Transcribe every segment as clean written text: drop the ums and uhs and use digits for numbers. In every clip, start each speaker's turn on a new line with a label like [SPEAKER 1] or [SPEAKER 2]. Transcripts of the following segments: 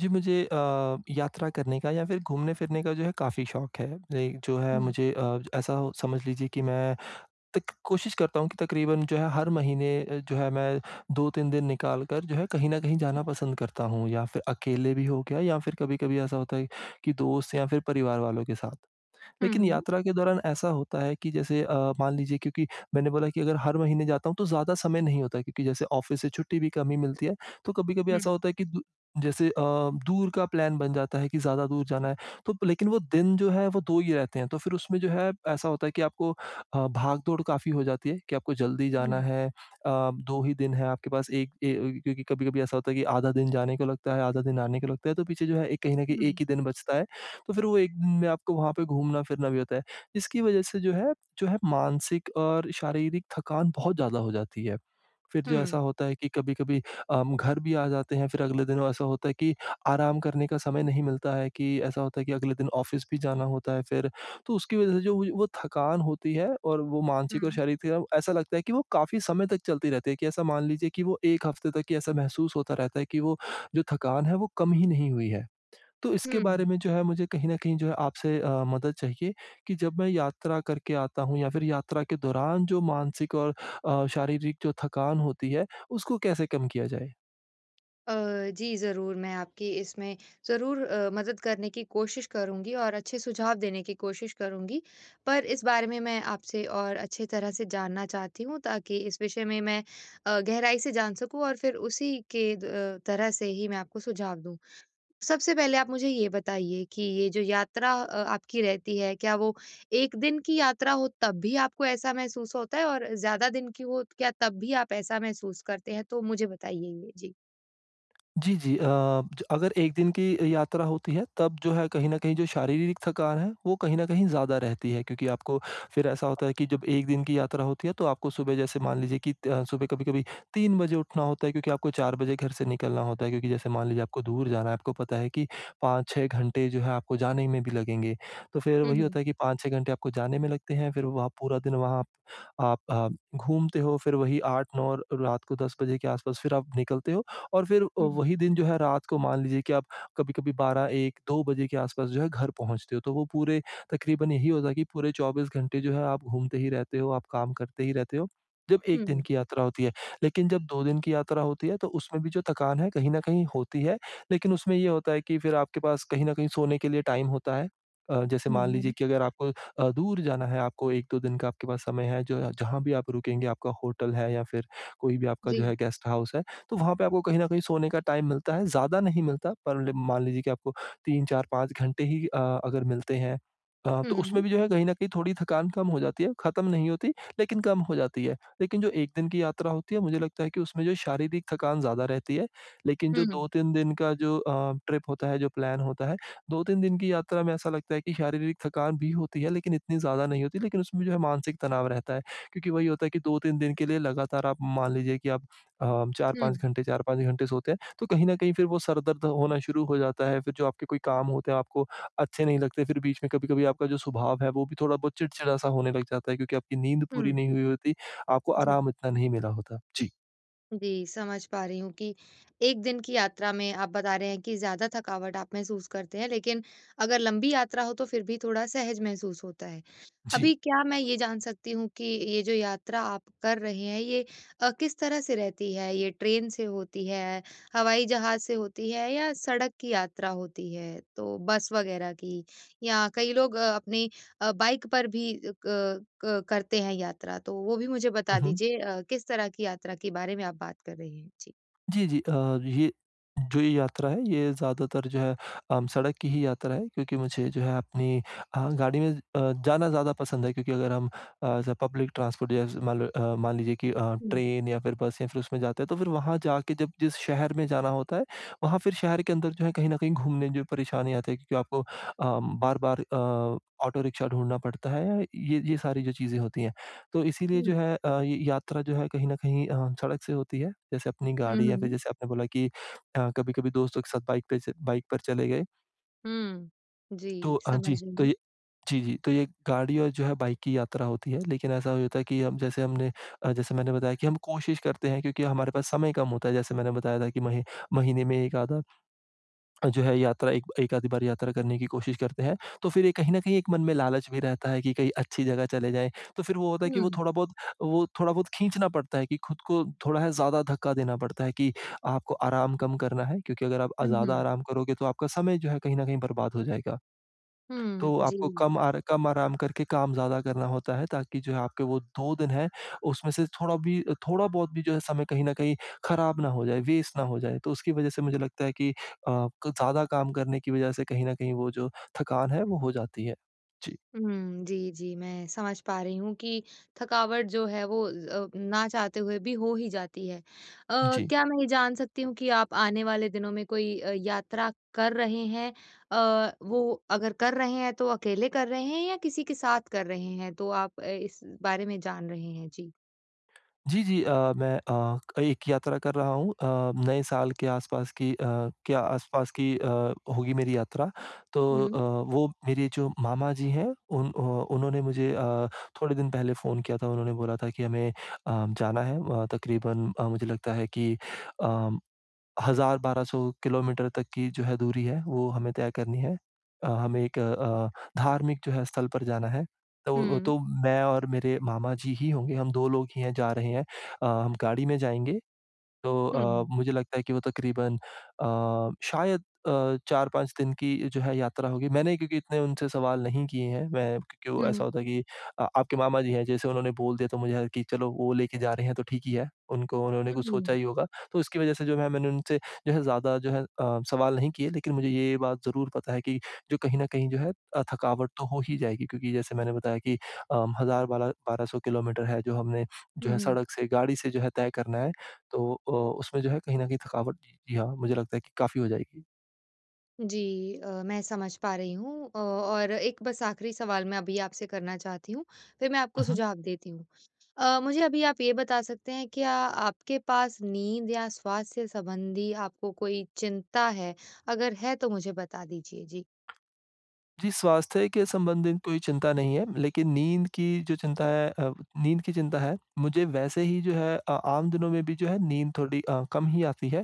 [SPEAKER 1] जी, मुझे यात्रा करने का या फिर घूमने-फिरने का जो है काफ़ी शौक है। एक जो है
[SPEAKER 2] हुँ।
[SPEAKER 1] मुझे ऐसा हो समझ लीजिए कि मैं तक कोशिश करता हूँ कि तकरीबन जो है हर महीने जो है मैं 2-3 दिन निकाल कर जो है कहीं न कहीं जाना पसंद करता हूँ या फिर अकेले भी हो गया या फिर कभी-कभी ऐसा होता है कि दोस्त या फिर परिवार वालों के साथ।
[SPEAKER 2] हुँ,
[SPEAKER 1] लेकिन
[SPEAKER 2] हुँ।
[SPEAKER 1] यात्रा के दौरान ऐसा होता है कि जैसे मान लीजिए क्योंकि मैंने बोला कि अगर हर महीने जाता हूँ तो ज़्यादा समय नहीं होता क्योंकि जैसे ऑफिस से छुट्टी भी कम ही मिलती है। तो कभी-कभी
[SPEAKER 2] हुँ,
[SPEAKER 1] ऐसा होता है कि जैसे अ, दूर का प्लान बन जाता है कि ज़्यादा दूर जाना है। तो लेकिन वो दिन जो है वो 2 ही रहते हैं। तो फिर उसमें जो है ऐसा होता है कि आपको भाग-दौड़ काफ़ी हो जाती है कि आपको जल्दी जाना
[SPEAKER 2] हुँ,
[SPEAKER 1] है। 2 ही दिन है आपके पास एक ए क्योंकि कभी-कभी ऐसा होता है कि आधा दिन जाने को लगता है, आधा दिन आने को लगता है। तो पीछे जो है एक कहीं न कहीं 1
[SPEAKER 2] हुँ,
[SPEAKER 1] ही दिन बचता है। तो फिर वो एक दिन में आपको वहाँ पे घूमना-फिरना भी होता है। इसकी वजह से जो है मानसिक और शारीरिक थकान बहुत ज़्यादा हो जाती है। फिर जो ऐसा
[SPEAKER 2] हुँ,
[SPEAKER 1] होता है कि कभी-कभी हम घर भी आ जाते हैं, फिर अगले दिन वो ऐसा होता है कि आराम करने का समय नहीं मिलता है कि ऐसा होता है कि अगले दिन ऑफ़िस भी जाना होता है फिर। तो उसकी वजह से जो वो थकान होती है और वो मानसिक और
[SPEAKER 2] हुँ,
[SPEAKER 1] शारीरिक थकान ऐसा लगता है कि वो काफ़ी समय तक चलती रहती है कि ऐसा मान लीजिए कि वो 1 हफ़्ते तक ही ऐसा महसूस होता रहता है कि वो जो थकान है वो कम ही नहीं हुई है। तो इसके बारे
[SPEAKER 2] हुँ।
[SPEAKER 1] में जो है मुझे कहीं न कहीं जो है आपसे मदद चाहिए कि जब मैं यात्रा करके आता हूँ या फिर यात्रा के दौरान जो मानसिक और शारीरिक जो थकान होती है, उसको कैसे कम किया जाए?
[SPEAKER 2] जी, ज़रूर मैं आपकी इसमें ज़रूर मदद करने की कोशिश करूँगी और अच्छे सुझाव देने की कोशिश करूँगी। पर इस बारे में मैं आपसे और अच्छे तरह से जानना चाहती हूँ ताकि इस विषय में मैं गहराई से जान सकूँ और फिर उसी के तरह से ही मैं आपको सुझाव दूँ। सबसे पहले आप मुझे ये बताइए कि ये जो यात्रा आपकी रहती है, क्या वो 1 दिन की यात्रा हो तब भी आपको ऐसा महसूस होता है और ज़्यादा दिन की हो क्या तब भी आप ऐसा महसूस करते हैं? तो मुझे बताइए ये। जी।
[SPEAKER 1] जी, जी। अ, ज अगर 1 दिन की यात्रा होती है तब जो है कहीं न कहीं जो शारीरिक थकान है वो कहीं न कहीं ज़्यादा रहती है क्योंकि आपको फिर ऐसा होता है कि जब 1 दिन की यात्रा होती है तो आपको सुबह जैसे मान लीजिए कि सुबह कभी-कभी 3 बजे उठना होता है क्योंकि आपको 4 बजे घर से निकलना होता है क्योंकि जैसे मान लीजिए आपको दूर जाना है, आपको पता है कि 5-6 घंटे जो है आपको जाने में भी लगेंगे। तो फिर
[SPEAKER 2] हुँ,
[SPEAKER 1] वही
[SPEAKER 2] हुँ,
[SPEAKER 1] होता है कि 5-6 घंटे आपको जाने में लगते हैं फिर वहाँ पूरा दिन वहाँ आप घूमते हो फिर वही 8-9 और रात को 10 बजे के आस-पास फिर आप निकलते हो। और फिर
[SPEAKER 2] हुँ,
[SPEAKER 1] वही दिन जो है रात को मान लीजिए कि आप कभी-कभी 12-1-2 बजे के आस-पास जो है घर पहुँचते हो, तो वो पूरे तकरीबन यही होता है कि पूरे 24 घंटे जो है आप घूमते ही रहते हो, आप काम करते ही रहते हो, जब
[SPEAKER 2] हुँ,
[SPEAKER 1] 1 दिन
[SPEAKER 2] हुँ,
[SPEAKER 1] की यात्रा होती है। लेकिन जब 2 दिन की यात्रा होती है, तो उसमें भी जो थकान है कहीं न कहीं होती है, लेकिन उसमें ये होता है कि फिर आपके पास कहीं न कहीं सोने के लिए टाइम होता है। जैसे
[SPEAKER 2] हुँ,
[SPEAKER 1] मान
[SPEAKER 2] हुँ।
[SPEAKER 1] लीजिए कि अगर आपको दूर जाना है, आपको 1-2 दिन का आपके पास समय है, जो जहाँ भी आप रुकेंगे, आपका होटल है या फिर कोई भी आपका
[SPEAKER 2] जी।
[SPEAKER 1] जो है गेस्ट हाउस है, तो वहाँ पे आपको कहीं न कहीं सोने का टाइम मिलता है, ज़्यादा नहीं मिलता पर ल मान लीजिए कि आपको 3-4-5 घंटे ही अगर मिलते हैं
[SPEAKER 2] हुँ,
[SPEAKER 1] तो
[SPEAKER 2] हुँ,
[SPEAKER 1] उसमें भी जो है कहीं न कहीं थोड़ी थकान कम हो जाती है, ख़त्म नहीं होती लेकिन कम हो जाती है। लेकिन जो 1 दिन की यात्रा होती है मुझे लगता है कि उसमें जो शारीरिक थकान ज़्यादा रहती है, लेकिन
[SPEAKER 2] हुँ,
[SPEAKER 1] जो
[SPEAKER 2] हुँ,
[SPEAKER 1] 2-3 दिन का जो ट्रिप होता है, जो प्लान होता है, 2-3 दिन की यात्रा में ऐसा लगता है कि शारीरिक थकान भी होती है लेकिन इतनी ज़्यादा नहीं होती, लेकिन उसमें जो है मानसिक तनाव रहता है। क्योंकि वही होता है कि 2-3 दिन के लिए लगातार आप मान लीजिए कि आप हम
[SPEAKER 2] हुँ,
[SPEAKER 1] 4-5 घंटे 4-5 घंटे सोते हैं, तो कहीं न कहीं फिर वो सर दर्द होना शुरू हो जाता है, फिर जो आपके कोई काम होते हैं आपको अच्छे नहीं लगते, फिर बीच में कभी-कभी आपका जो स्वभाव है वो भी थोड़ा बहुत चिड़चिड़ा-सा होने लग जाता है क्योंकि आपकी नींद पूरी
[SPEAKER 2] हुँ,
[SPEAKER 1] नहीं हुई होती, आपको
[SPEAKER 2] जी।
[SPEAKER 1] आराम इतना नहीं मिला होता। जी,
[SPEAKER 2] जी, समझ पा रही हूँ कि 1 दिन की यात्रा में आप बता रहे हैं कि ज़्यादा थकावट आप महसूस करते हैं, लेकिन अगर लंबी यात्रा हो तो फिर भी थोड़ा सहज महसूस होता है।
[SPEAKER 1] जी।
[SPEAKER 2] अभी क्या मैं ये जान सकती हूँ कि ये जो यात्रा आप कर रहे हैं ये किस तरह से रहती है? ये ट्रेन से होती है, हवाई जहाज़ से होती है या सड़क की यात्रा होती है? तो बस वग़ैरह की या कई लोग अपनी बाइक पर भी अ, क क करते हैं यात्रा, तो वो भी मुझे बता
[SPEAKER 1] हुँ, हुँ।
[SPEAKER 2] दीजिए किस तरह की यात्रा के बारे में आप बात कर रहे हैं? जी।
[SPEAKER 1] जी, जी। ये जो ये यात्रा है ये ज़्यादातर जो है सड़क की ही यात्रा है क्योंकि मुझे जो है अपनी गाड़ी में जाना ज़्यादा पसंद है क्योंकि अगर हम अ, ज पब्लिक ट्रांसपोर्ट जैसे मान लो मान लीजिए कि
[SPEAKER 2] हुँ,
[SPEAKER 1] ट्रेन या फिर बस या फिर उसमें जाते हैं तो फिर वहाँ जाके जब जिस शहर में जाना होता है, वहाँ फिर शहर के अंदर जो है कहीं न कहीं घूमने जो परेशानी आती है क्योंकि आपको बार-बार ऑटो रिक्शा ढूँढना पड़ता है, ये सारी जो चीज़ें होती हैं। तो इसीलिए जो
[SPEAKER 2] हुँ।
[SPEAKER 1] है ये यात्रा जो है कहीं न कहीं सड़क से होती है। जैसे अपनी
[SPEAKER 2] हुँ,
[SPEAKER 1] गाड़ी या फिर
[SPEAKER 2] हुँ।
[SPEAKER 1] जैसे आपने बोला कि कभी-कभी दोस्तों के साथ बाइक पे च बाइक पर चले गए।
[SPEAKER 2] हुँ।
[SPEAKER 1] तो
[SPEAKER 2] जी,
[SPEAKER 1] जी,
[SPEAKER 2] समझ रही
[SPEAKER 1] तो
[SPEAKER 2] हूँ।
[SPEAKER 1] ये जी, जी। तो ये गाड़ी और जो है बाइक की यात्रा होती है। लेकिन ऐसा होता है कि हम जैसे हमने जैसे मैंने बताया कि हम कोशिश करते हैं क्योंकि हमारे पास समय कम होता है। जैसे मैंने बताया था कि महीने में 1 आधा जो है यात्रा एक एक आधी बार यात्रा करने की कोशिश करते हैं, तो फिर ये कहीं न कहीं एक मन में लालच भी रहता है कि कहीं अच्छी जगह चले जाएँ। तो फिर वो होता है कि वो
[SPEAKER 2] हुँ।
[SPEAKER 1] थोड़ा बहुत वो थोड़ा बहुत खींचना पड़ता है कि खुद को थोड़ा है ज़्यादा धक्का देना पड़ता है कि आपको आराम कम करना है क्योंकि अगर आप
[SPEAKER 2] हुँ,
[SPEAKER 1] ज़्यादा
[SPEAKER 2] हुँ।
[SPEAKER 1] आराम करोगे तो आपका समय जो है कहीं न कहीं बर्बाद हो जाएगा।
[SPEAKER 2] हुँ,
[SPEAKER 1] तो
[SPEAKER 2] जी।
[SPEAKER 1] आपको कम आराम करके काम ज़्यादा करना होता है ताकि जो है आपके वो 2 दिन हैं, उसमें से थोड़ा भी थोड़ा बहुत भी जो है समय कहीं न कहीं खराब ना हो जाए, वेस्ट ना हो जाए। तो उसकी वज़ह से मुझे लगता है कि अ, क ज़्यादा काम करने की वज़ह से कहीं न कहीं वो जो थकान है वो हो जाती है। जी,
[SPEAKER 2] हुँ, जी, जी, मैं समझ पा रही हूँ कि थकावट जो है वो ना चाहते हुए भी हो ही जाती है।
[SPEAKER 1] जी।
[SPEAKER 2] क्या मैं ये जान सकती हूँ कि आप आने वाले दिनों में कोई यात्रा कर रहे हैं? वो अगर कर रहे हैं तो अकेले कर रहे हैं या किसी के साथ कर रहे हैं? तो आप इस बारे में जान रहे हैं? जी।
[SPEAKER 1] जी, जी। मैं एक यात्रा कर रहा हूँ नए साल के आसपास की के आसपास की अ, होगी मेरी यात्रा। तो
[SPEAKER 2] हुँ,
[SPEAKER 1] वो मेरे जो मामा जी हैं उन अ, उन्होंने मुझे थोड़े दिन पहले फ़ोन किया था। उन्होंने बोला था कि हमें जाना है तकरीबन मुझे लगता है कि अ 1,000-1,200 किलोमीटर तक की जो है दूरी है, वो हमें तय करनी है। हमें एक धार्मिक जो है स्थल पर जाना है। तो
[SPEAKER 2] हुँ,
[SPEAKER 1] तो मैं और मेरे मामा जी ही होंगे, हम 2 लोग ही हैं, जा रहे हैं। हम गाड़ी में जाएँगे तो
[SPEAKER 2] हुँ,
[SPEAKER 1] मुझे लगता है कि वो तकरीबन शायद 4-5 दिन की जो है यात्रा होगी। मैंने क्योंकि इतने उनसे सवाल नहीं किए हैं, मैं क्योंकि वो
[SPEAKER 2] हुँ,
[SPEAKER 1] ऐसा
[SPEAKER 2] हुँ,
[SPEAKER 1] होता है कि आपके मामा जी हैं, जैसे उन्होंने बोल दिया तो मुझे है कि चलो वो लेके जा रहे हैं तो ठीक ही है, उनको उन्होंने कुछ
[SPEAKER 2] हुँ,
[SPEAKER 1] सोचा ही होगा। तो इसकी वजह से जो है मैंने उनसे जो है ज़्यादा जो है सवाल नहीं किए, लेकिन मुझे ये बात ज़रूर पता है कि जो कहीं न कहीं जो है थकावट तो हो ही जाएगी क्योंकि जैसे मैंने बताया कि अम, 1000 बारह 1200 किलोमीटर है जो हमने
[SPEAKER 2] हुँ,
[SPEAKER 1] जो है
[SPEAKER 2] हुँ।
[SPEAKER 1] सड़क से, गाड़ी से जो है तय करना है। तो उसमें जो है कहीं न कहीं थकावट जी हाँ, मुझे लगता है कि काफ़ी हो जाएगी।
[SPEAKER 2] जी मैं समझ पा रही हूँ और एक बस आखिरी सवाल मैं अभी आपसे करना चाहती हूँ, फिर मैं आपको
[SPEAKER 1] हुँ, हुँ।
[SPEAKER 2] सुझाव देती हूँ। मुझे अभी आप ये बता सकते हैं क्या आपके पास नींद या स्वास्थ्य से संबंधी आपको कोई चिंता है? अगर है तो मुझे बता दीजिए? जी।
[SPEAKER 1] जी, स्वास्थ्य के संबंधित कोई चिंता नहीं है, लेकिन नींद की जो चिंता है नींद की चिंता है, मुझे वैसे ही जो है आम दिनों में भी जो है नींद थोड़ी कम ही आती है।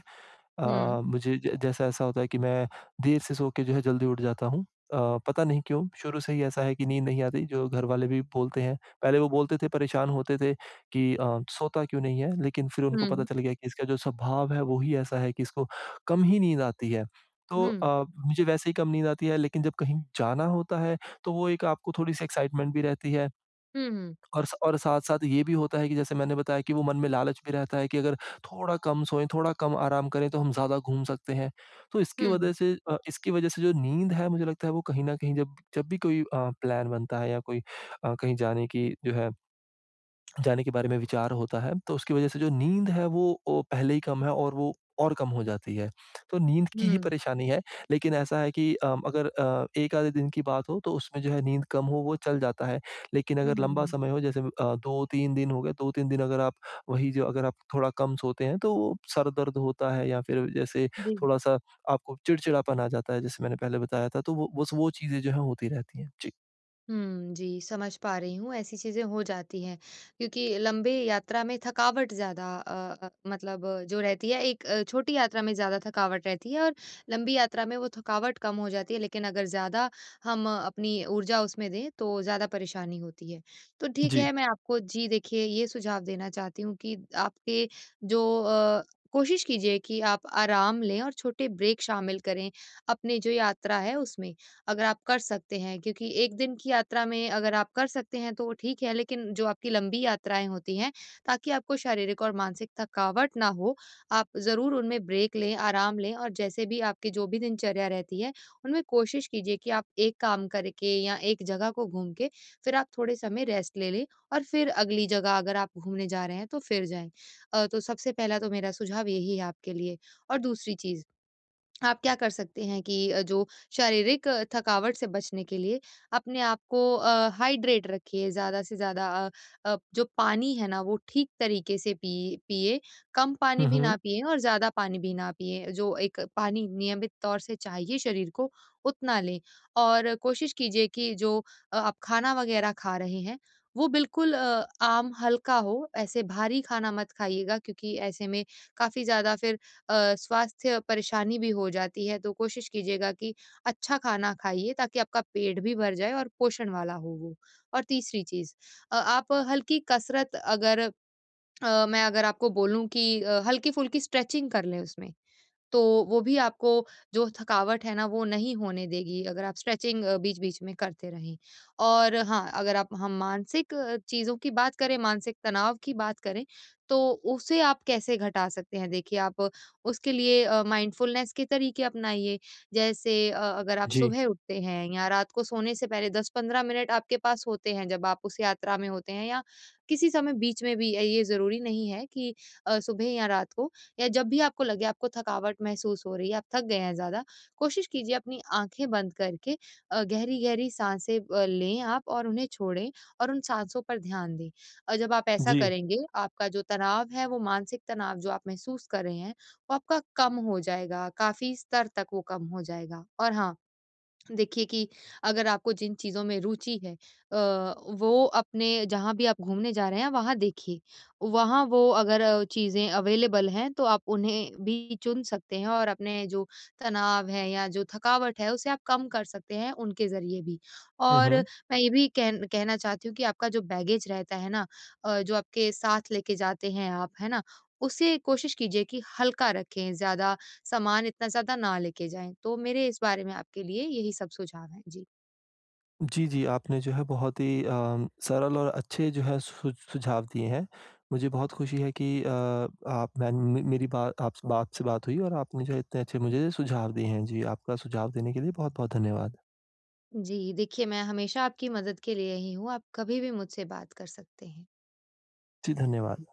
[SPEAKER 1] अ,
[SPEAKER 2] हुँ,
[SPEAKER 1] मुझे ज जैसा ऐसा होता है कि मैं देर से सो के जो है जल्दी उठ जाता हूँ। अ, पता नहीं क्यों? शुरू से ही ऐसा है कि नींद नहीं आती, जो घरवाले भी बोलते हैं। पहले वो बोलते थे, परेशान होते थे कि सोता क्यों नहीं है? लेकिन फिर उनको पता
[SPEAKER 2] हुँ।
[SPEAKER 1] चल गया कि इसका जो स्वभाव है, वो ही ऐसा है कि इसको कम ही नींद आती है। तो
[SPEAKER 2] हुँ।
[SPEAKER 1] मुझे वैसे ही कम नींद आती है, लेकिन जब कहीं जाना होता है, तो वो एक आपको थोड़ी-सी एक्साइटमेंट भी रहती है।
[SPEAKER 2] हुँ, हुँ,
[SPEAKER 1] और साथ-साथ ये भी होता है कि जैसे मैंने बताया कि वो मन में लालच भी रहता है कि अगर थोड़ा कम सोएँ, थोड़ा कम आराम करें तो हम ज़्यादा घूम सकते हैं। तो इसकी वजह से जो नींद है मुझे लगता है वो कहीं न कहीं जब जब भी कोई प्लान बनता है या कोई अ, कहीं जाने की जो है जाने के बारे में विचार होता है, तो उसकी वजह से जो नींद है वो पहले ही कम है और वो और कम हो जाती है। तो नींद की ही
[SPEAKER 2] हुँ,
[SPEAKER 1] परेशानी है, लेकिन ऐसा है कि अगर 1 आधे दिन की बात हो तो उसमें जो है नींद कम हो वो चल जाता है। लेकिन
[SPEAKER 2] हुँ,
[SPEAKER 1] अगर लंबा
[SPEAKER 2] हुँ,
[SPEAKER 1] समय हो जैसे 2-3 दिन हो गए, 2-3 दिन अगर आप वही जो अगर आप थोड़ा कम सोते हैं तो वो सर दर्द होता है या फिर जैसे
[SPEAKER 2] जी।
[SPEAKER 1] थोड़ा-सा आपको चिड़चिड़ापन आ जाता है जैसे मैंने पहले बताया था, तो वो बस वो चीज़ें जो हैं होती रहती हैं। जी।
[SPEAKER 2] हुँ, जी, समझ पा रही हूँ, ऐसी चीज़ें हो जाती हैं क्योंकि लंबी यात्रा में थकावट ज़्यादा मतलब जो रहती है एक छोटी यात्रा में ज़्यादा थकावट रहती है और लंबी यात्रा में वो थकावट कम हो जाती है, लेकिन अगर ज़्यादा हम अपनी ऊर्जा उसमें दें, तो ज़्यादा परेशानी होती है। तो ठीक
[SPEAKER 1] जी।
[SPEAKER 2] है, मैं आपको जी, देखिए ये सुझाव देना चाहती हूँ कि आपके जो कोशिश कीजिए कि आप आराम लें और छोटे ब्रेक शामिल करें, अपनी जो यात्रा है उसमें। अगर आप कर सकते हैं क्योंकि 1 दिन की यात्रा में अगर आप कर सकते हैं तो वो ठीक है, लेकिन जो आपकी लंबी यात्राएँ होती हैं, ताकि आपको शारीरिक और मानसिक थकावट ना हो, आप ज़रूर उनमें ब्रेक लें, आराम लें और जैसे भी आपकी जो भी दिनचर्या रहती है, उनमें कोशिश कीजिए कि आप एक काम करके या एक जगह को घूम के, फिर आप थोड़े समय रेस्ट ले लें और फिर अगली जगह अगर आप घूमने जा रहे हैं, तो फिर जाएँ। तो सबसे पहला तो मेरा सुझाव यही है आपके लिए। और दूसरी चीज़ आप क्या कर सकते हैं कि जो शारीरिक थकावट से बचने के लिए अपने आप को हाइड्रेट रखिए ज़्यादा से ज़्यादा जो पानी है ना वो ठीक तरीके से पी पिए कम पानी
[SPEAKER 1] हुँ,
[SPEAKER 2] भी
[SPEAKER 1] हुँ।
[SPEAKER 2] ना पिए और ज़्यादा पानी भी ना पिए जो एक पानी नियमित तौर से चाहिए शरीर को उतना लें और कोशिश कीजिए कि जो आप खाना वगैरह खा रहे हैं वो बिल्कुल आम हल्का हो ऐसे भारी खाना मत खाइएगा क्योंकि ऐसे में काफ़ी ज़्यादा फिर स्वास्थ्य परेशानी भी हो जाती है, तो कोशिश कीजिएगा कि अच्छा खाना खाइए ताकि आपका पेट भी भर जाए और पोषण वाला हो वो। और तीसरी चीज़ आप हल्की कसरत अगर मैं अगर आपको बोलूँ कि हल्की-फुल्की स्ट्रेचिंग कर लें उसमें। तो वो भी आपको जो थकावट है ना वो नहीं होने देगी अगर आप स्ट्रेचिंग बीच-बीच में करते रहें। और हाँ, अगर आप हम मानसिक चीज़ों की बात करें, मानसिक तनाव की बात करें, तो उसे आप कैसे घटा सकते हैं? देखिए आप उसके लिए माइंडफुलनेस के तरीके अपनाइए। जैसे अगर आप
[SPEAKER 1] जी।
[SPEAKER 2] सुबह उठते हैं या रात को सोने से पहले 10-15 मिनट आपके पास होते हैं जब आप उस यात्रा में होते हैं या किसी समय बीच में भी ये ज़रूरी नहीं है कि सुबह या रात को या जब भी आपको लगे आपको थकावट महसूस हो रही है, आप थक गए हैं ज़्यादा, कोशिश कीजिए अपनी आँखें बंद करके गहरी-गहरी साँसें लें आप और उन्हें छोड़ें और उन साँसों पर ध्यान दें। और जब आप ऐसा
[SPEAKER 1] जी।
[SPEAKER 2] करेंगे, आपका जो तनाव है, वो मानसिक तनाव जो आप महसूस कर रहे हैं, वो आपका कम हो जाएगा, काफ़ी स्तर तक वो कम हो जाएगा। और हाँ, देखिए कि अगर आपको जिन चीज़ों में रुचि है अ, वो अपने जहाँ भी आप घूमने जा रहे हैं वहाँ देखिए। वहाँ वो अगर चीज़ें अवेलेबल हैं तो आप उन्हें भी चुन सकते हैं और अपने जो तनाव है या जो थकावट है उसे आप कम कर सकते हैं उनके ज़रिए भी।
[SPEAKER 1] हुँ,
[SPEAKER 2] और
[SPEAKER 1] हुँ।
[SPEAKER 2] मैं ये भी कहना चाहती हूँ कि आपका जो बैगेज रहता है ना जो आपके साथ लेके जाते हैं आप, है ना? उसे कोशिश कीजिए कि हल्का रखें, ज़्यादा सामान इतना ज़्यादा ना लेके जाएँ। तो मेरे इस बारे में आपके लिए यही सब सुझाव हैं। जी।
[SPEAKER 1] जी, जी, आपने जो है बहुत ही सरल और अच्छे जो है सु सुझाव दिए हैं। मुझे बहुत खुशी है कि आप मैं मे मेरी बात आप आपसे बात हुई और आपने जो है इतने अच्छे मुझे सुझाव दिए हैं। जी, आपका सुझाव देने के लिए बहुत-बहुत धन्यवाद।
[SPEAKER 2] जी, देखिए मैं हमेशा आपकी मदद के लिए ही हूँ। आप कभी भी मुझसे बात कर सकते हैं।
[SPEAKER 1] जी, धन्यवाद।